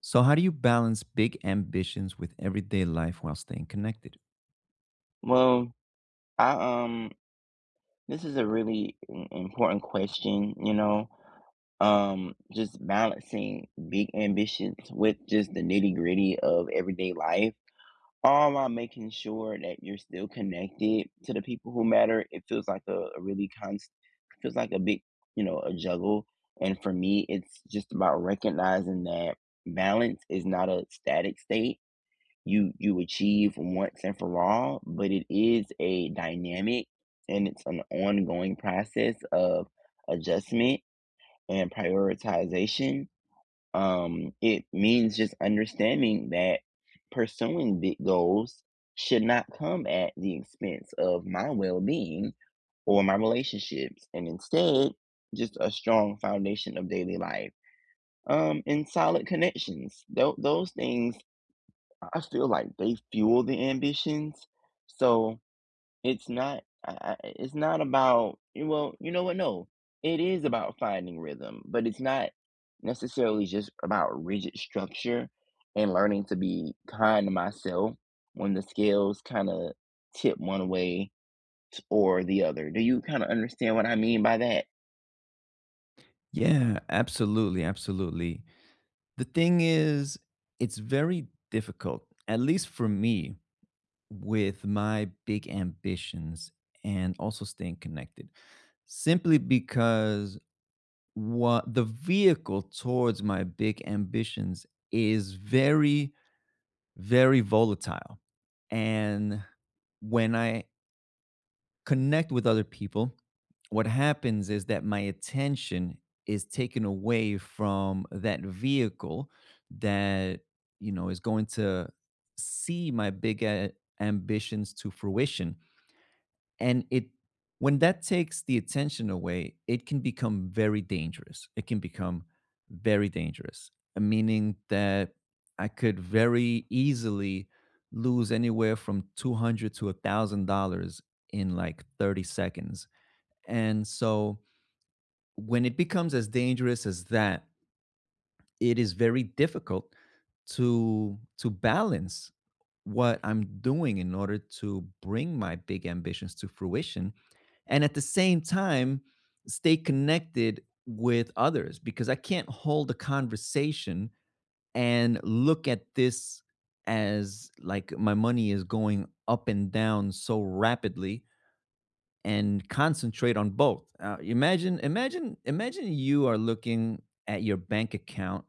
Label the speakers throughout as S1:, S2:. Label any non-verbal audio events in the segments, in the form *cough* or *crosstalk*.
S1: So, how do you balance big ambitions with everyday life while staying connected?
S2: Well, I this is a really im important question, just balancing big ambitions with just the nitty-gritty of everyday life, all while making sure that you're still connected to the people who matter. It feels like a really const feels like a big, a juggle. And for me, it's just about recognizing that balance is not a static state you achieve once and for all, but it is a dynamic and it's an ongoing process of adjustment and prioritization. It means just understanding that pursuing big goals should not come at the expense of my well-being or my relationships, and instead, just a strong foundation of daily life and solid connections. Those things I feel like they fuel the ambitions. So it's not about well, you know what? No, it is about finding rhythm, but it's not necessarily just about rigid structure and learning to be kind to myself when the scales kind of tip one way or the other. Do you kind of understand what I mean by that?
S1: Yeah, absolutely. Absolutely. The thing is, it's very difficult, at least for me, with my big ambitions and also staying connected, simply because what the vehicle towards my big ambitions is very, very volatile. And when I connect with other people, what happens is that my attention is taken away from that vehicle that is going to see my big ambitions to fruition. And it when that takes the attention away, it can become very dangerous. It can become very dangerous, meaning that I could very easily lose anywhere from 200 to $1,000 in like 30 seconds. And so when it becomes as dangerous as that, it is very difficult to balance what I'm doing in order to bring my big ambitions to fruition, and at the same time stay connected with others, because I can't hold a conversation and look at this as like my money is going up and down so rapidly and concentrate on both. Imagine you are looking at your bank account,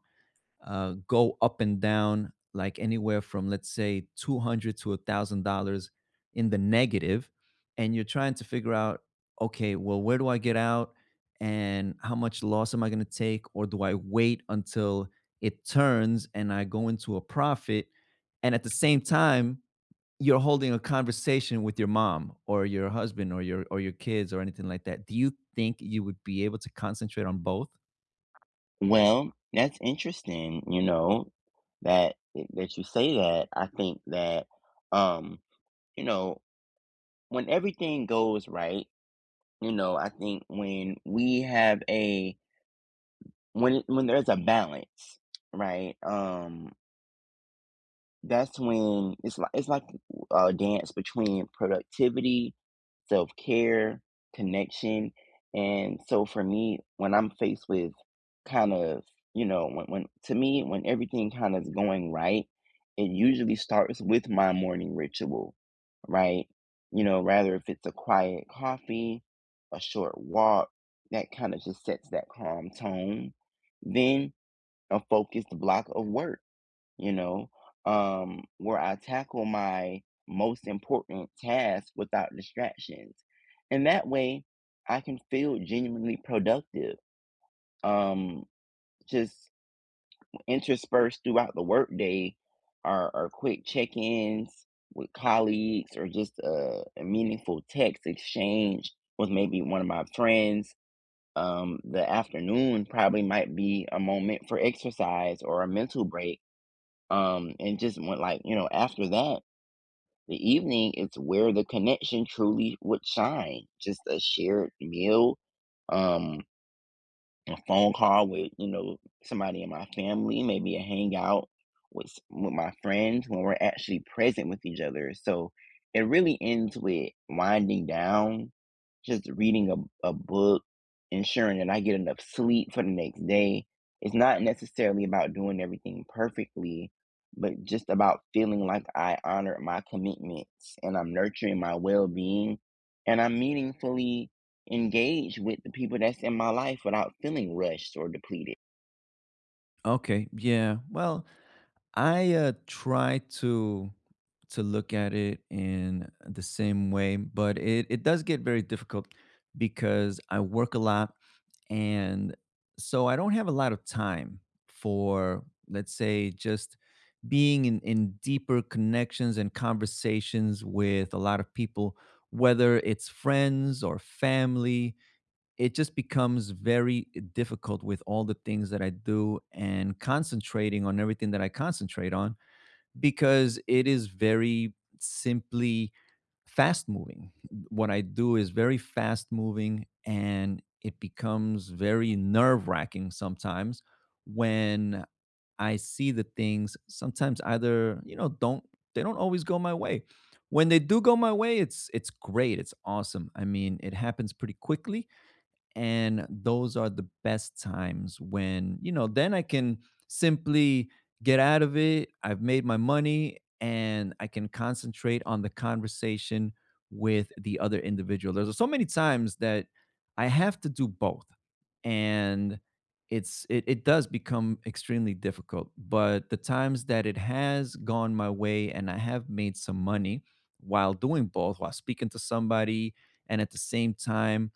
S1: go up and down like anywhere from, let's say, 200 to $1,000 in the negative, and you're trying to figure out, okay, well, where do I get out, and how much loss am I going to take, or do I wait until it turns and I go into a profit? And at the same time, you're holding a conversation with your mom or your husband or your kids or anything like that. Do you think you would be able to concentrate on both?
S2: Well, that's interesting, that you say that. I think that um you know when everything goes right, you know, I think when we have a when there's a balance, right? That's when it's like a dance between productivity, self care, connection, and so for me, when I'm faced with kind of you know when to me when everything kind of is going right, it usually starts with my morning ritual, right? You know, rather if it's a quiet coffee, a short walk, that kind of just sets that calm tone. Then a focused block of work, you know, where I tackle my most important task without distractions. And that way I can feel genuinely productive. Um, just interspersed throughout the workday are quick check ins with colleagues or just a meaningful text exchange with maybe one of my friends. The afternoon probably might be a moment for exercise or a mental break and just went like you know after that the evening is where the connection truly would shine, just a shared meal, um a phone call with somebody in my family, maybe a hangout with my friends when we're actually present with each other. So it really ends with winding down, just reading a book, ensuring that I get enough sleep for the next day. It's not necessarily about doing everything perfectly, but just about feeling like I honored my commitments and I'm nurturing my well being and I'm meaningfully engage with the people that's in my life without feeling rushed or depleted.
S1: Okay, yeah. Well, I try to look at it in the same way, but it does get very difficult because I work a lot, and so I don't have a lot of time for, let's say, just being in deeper connections and conversations with a lot of people, whether it's friends or family. It just becomes very difficult with all the things that I do and concentrating on everything that I concentrate on, because it is very simply fast moving. What I do is very fast moving, and it becomes very nerve wracking sometimes when I see the things sometimes either, you know, don't they don't always go my way. When they do go my way, it's great. It's awesome. I mean, it happens pretty quickly, and those are the best times, when then I can simply get out of it. I've made my money and I can concentrate on the conversation with the other individual. There's so many times that I have to do both, and it does become extremely difficult. But the times that it has gone my way and I have made some money while doing both, while speaking to somebody and at the same time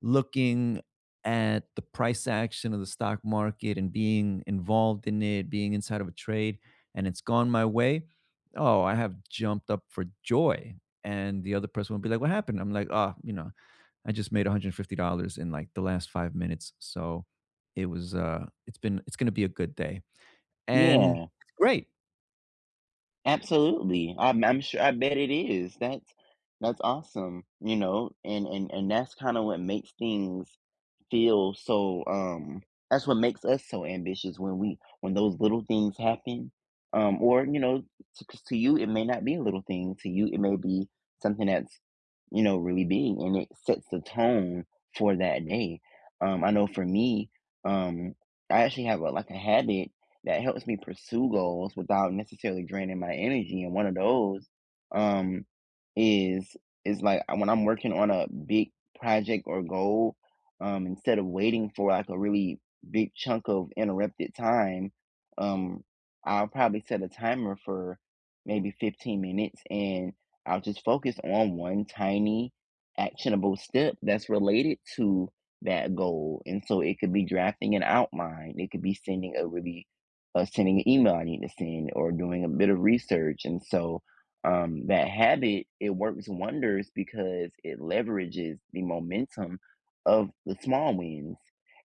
S1: looking at the price action of the stock market and being involved in it, being inside of a trade, and it's gone my way, oh, I have jumped up for joy. And the other person will be like, "What happened?" I'm like, "Oh, I just made $150 in like the last 5 minutes. So it's going to be a good day." And
S2: Yeah,
S1: it's great.
S2: absolutely. I'm sure. I bet it is. That's awesome. You know, and that's kind of what makes things feel so that's what makes us so ambitious when we when those little things happen, or you know to, 'cause to you it may not be a little thing, to you it may be something that's, you know, really big, and it sets the tone for that day. I know for me, um I actually have a like a habit that helps me pursue goals without necessarily draining my energy, and one of those um is like when I'm working on a big project or goal. Instead of waiting for like a really big chunk of interrupted time, um, I'll probably set a timer for maybe 15 minutes and I'll just focus on one tiny actionable step that's related to that goal. And so it could be drafting an outline, it could be sending a really sending an email I need to send, or doing a bit of research. And so that habit, it works wonders because it leverages the momentum of the small wins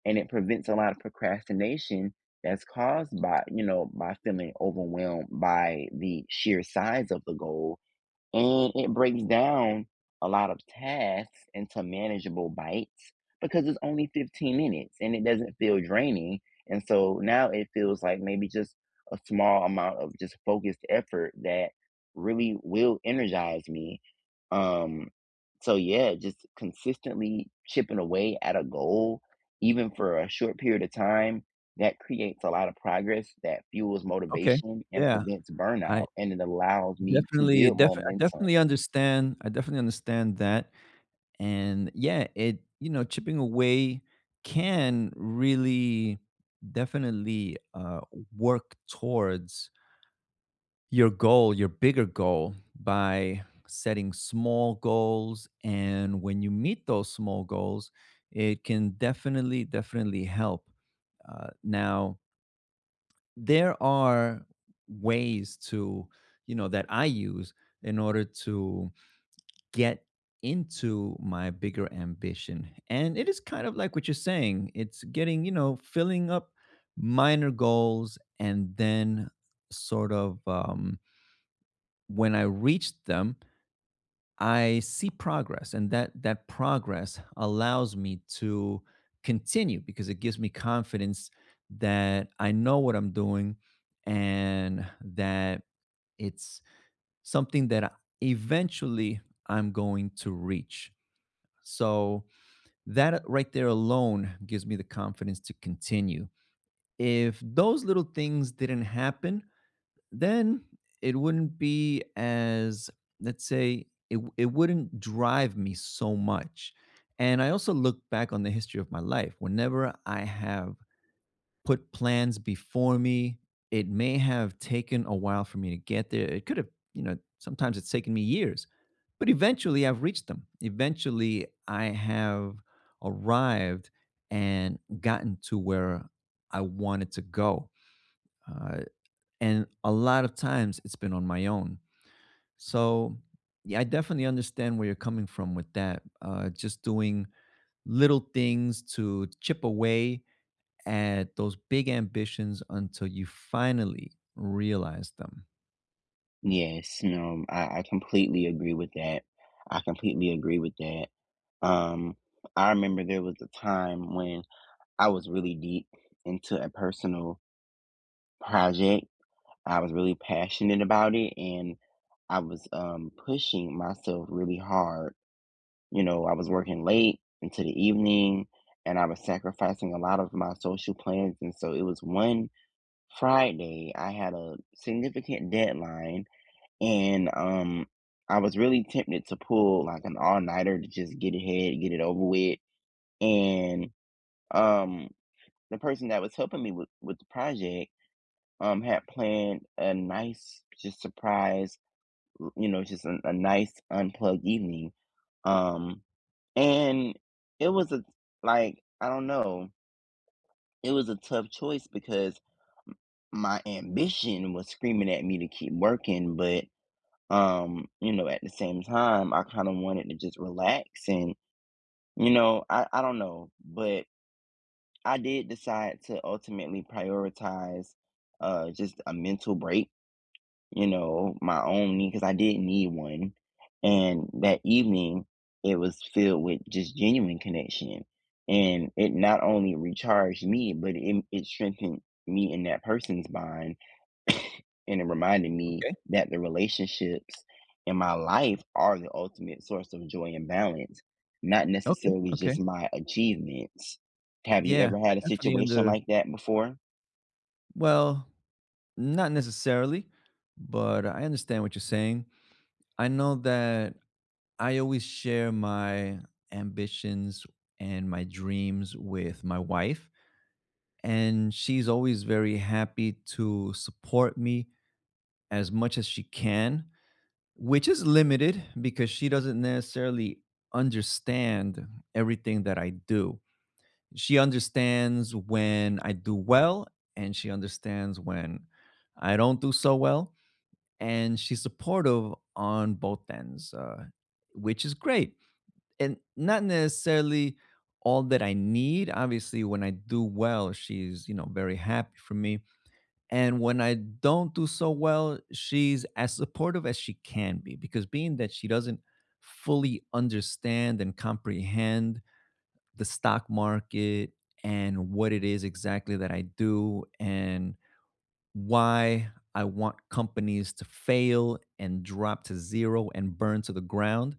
S2: and it prevents a lot of procrastination that's caused by by feeling overwhelmed by the sheer size of the goal, and it breaks down a lot of tasks into manageable bites because it's only 15 minutes and it doesn't feel draining. And so now it feels like maybe just a small amount of just focused effort that really will energize me. Um, so, yeah, just consistently chipping away at a goal, even for a short period of time, that creates a lot of progress that fuels
S1: Okay.
S2: motivation and
S1: Yeah.
S2: prevents
S1: I
S2: burnout, and it allows me to build
S1: I
S2: momentum.
S1: definitely understand. I definitely understand that. And yeah, it you know chipping away can really definitely work towards your goal, your bigger goal, by setting small goals, and when you meet those small goals it can definitely definitely help. Now, there are ways to you know that I use in order to get into my bigger ambition. And it is kind of like what you're saying. It's getting filling up minor goals, and then sort of when I reach them, I see progress, and that progress allows me to continue because it gives me confidence that I know what I'm doing, and that it's something that eventually I'm going to reach. So that right there alone gives me the confidence to continue. If those little things didn't happen, then it wouldn't be as, let's say, it wouldn't drive me so much. And I also look back on the history of my life. Whenever I have put plans before me, it may have taken a while for me to get there. It could have sometimes it's taken me years, but eventually I've reached them. Eventually I have arrived and gotten to where I wanted to go. Uh, and a lot of times it's been on my own. So, yeah, I definitely understand where you're coming from with that. Just doing little things to chip away at those big ambitions until you finally realize them.
S2: Yes, no, I completely agree with that. I completely agree with that. Um, I remember there was a time when I was really deep into a personal project. I was really passionate about it, and I was pushing myself really hard. You know, I was working late into the evening and I was sacrificing a lot of my social plans. And so it was one Friday, I had a significant deadline, and I was really tempted to pull like an all-nighter to just get ahead, get it over with. And um the person that was helping me with the project had planned a nice just surprise, you know, just a nice unplugged evening. Um And It was a, like, I don't know, it was a tough choice because my ambition was screaming at me to keep working, but you know, at the same time, I kind of wanted to just relax, and, you know, I don't know, but I did decide to ultimately prioritize just a mental break, you know, my own need, because I did need one. And that evening, it was filled with just genuine connection. And it not only recharged me, but it strengthened me and that person's bond. *coughs* And it reminded me
S1: Okay,
S2: that the relationships in my life are the ultimate source of joy and balance, not
S1: okay,
S2: necessarily
S1: okay.
S2: just my achievements. Have you
S1: Yeah,
S2: ever
S1: I
S2: had a
S1: definitely
S2: situation
S1: under
S2: like that before?
S1: well, not necessarily, but I understand what you're saying. I know that I always share my ambitions and my dreams with my wife, and she's always very happy to support me as much as she can, which is limited because she doesn't necessarily understand everything that I do. She understands when I do well, and she understands when I don't do so well, and she's supportive on both ends, which is great. And not necessarily all that I need. Obviously, when I do well, she's very happy for me, and when I don't do so well, she's as supportive as she can be, because being that she doesn't fully understand and comprehend the stock market and what it is exactly that I do, and why I want companies to fail and drop to zero and burn to the ground,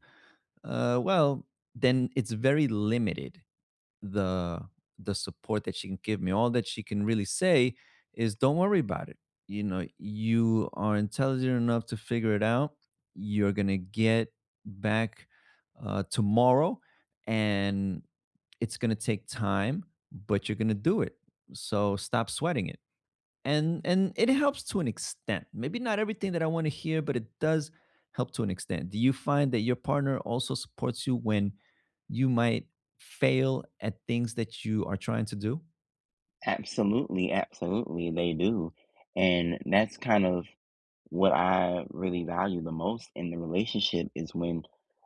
S1: well, then it's very limited, the the support that she can give me. All that she can really say is, "Don't worry about it. You know, you are intelligent enough to figure it out. You're going to get back tomorrow, and it's going to take time, but you're going to do it. So stop sweating it." And it helps to an extent, maybe not everything that I want to hear, but it does help to an extent. Do you find that your partner also supports you when you might fail at things that you are trying to do?
S2: Absolutely, absolutely, they do. And that's kind of what I really value the most in the relationship, is when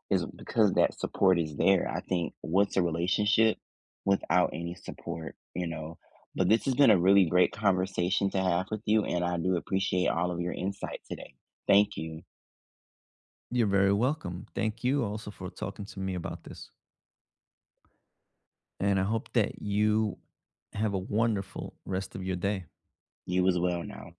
S2: is because that support is there. I think what's a relationship without any support, you know? But this has been a really great conversation to have with you, and I do appreciate all of your insight today. Thank you.
S1: You're very welcome. Thank you also for talking to me about this, and I hope that you have a wonderful rest of your day.
S2: You as well now.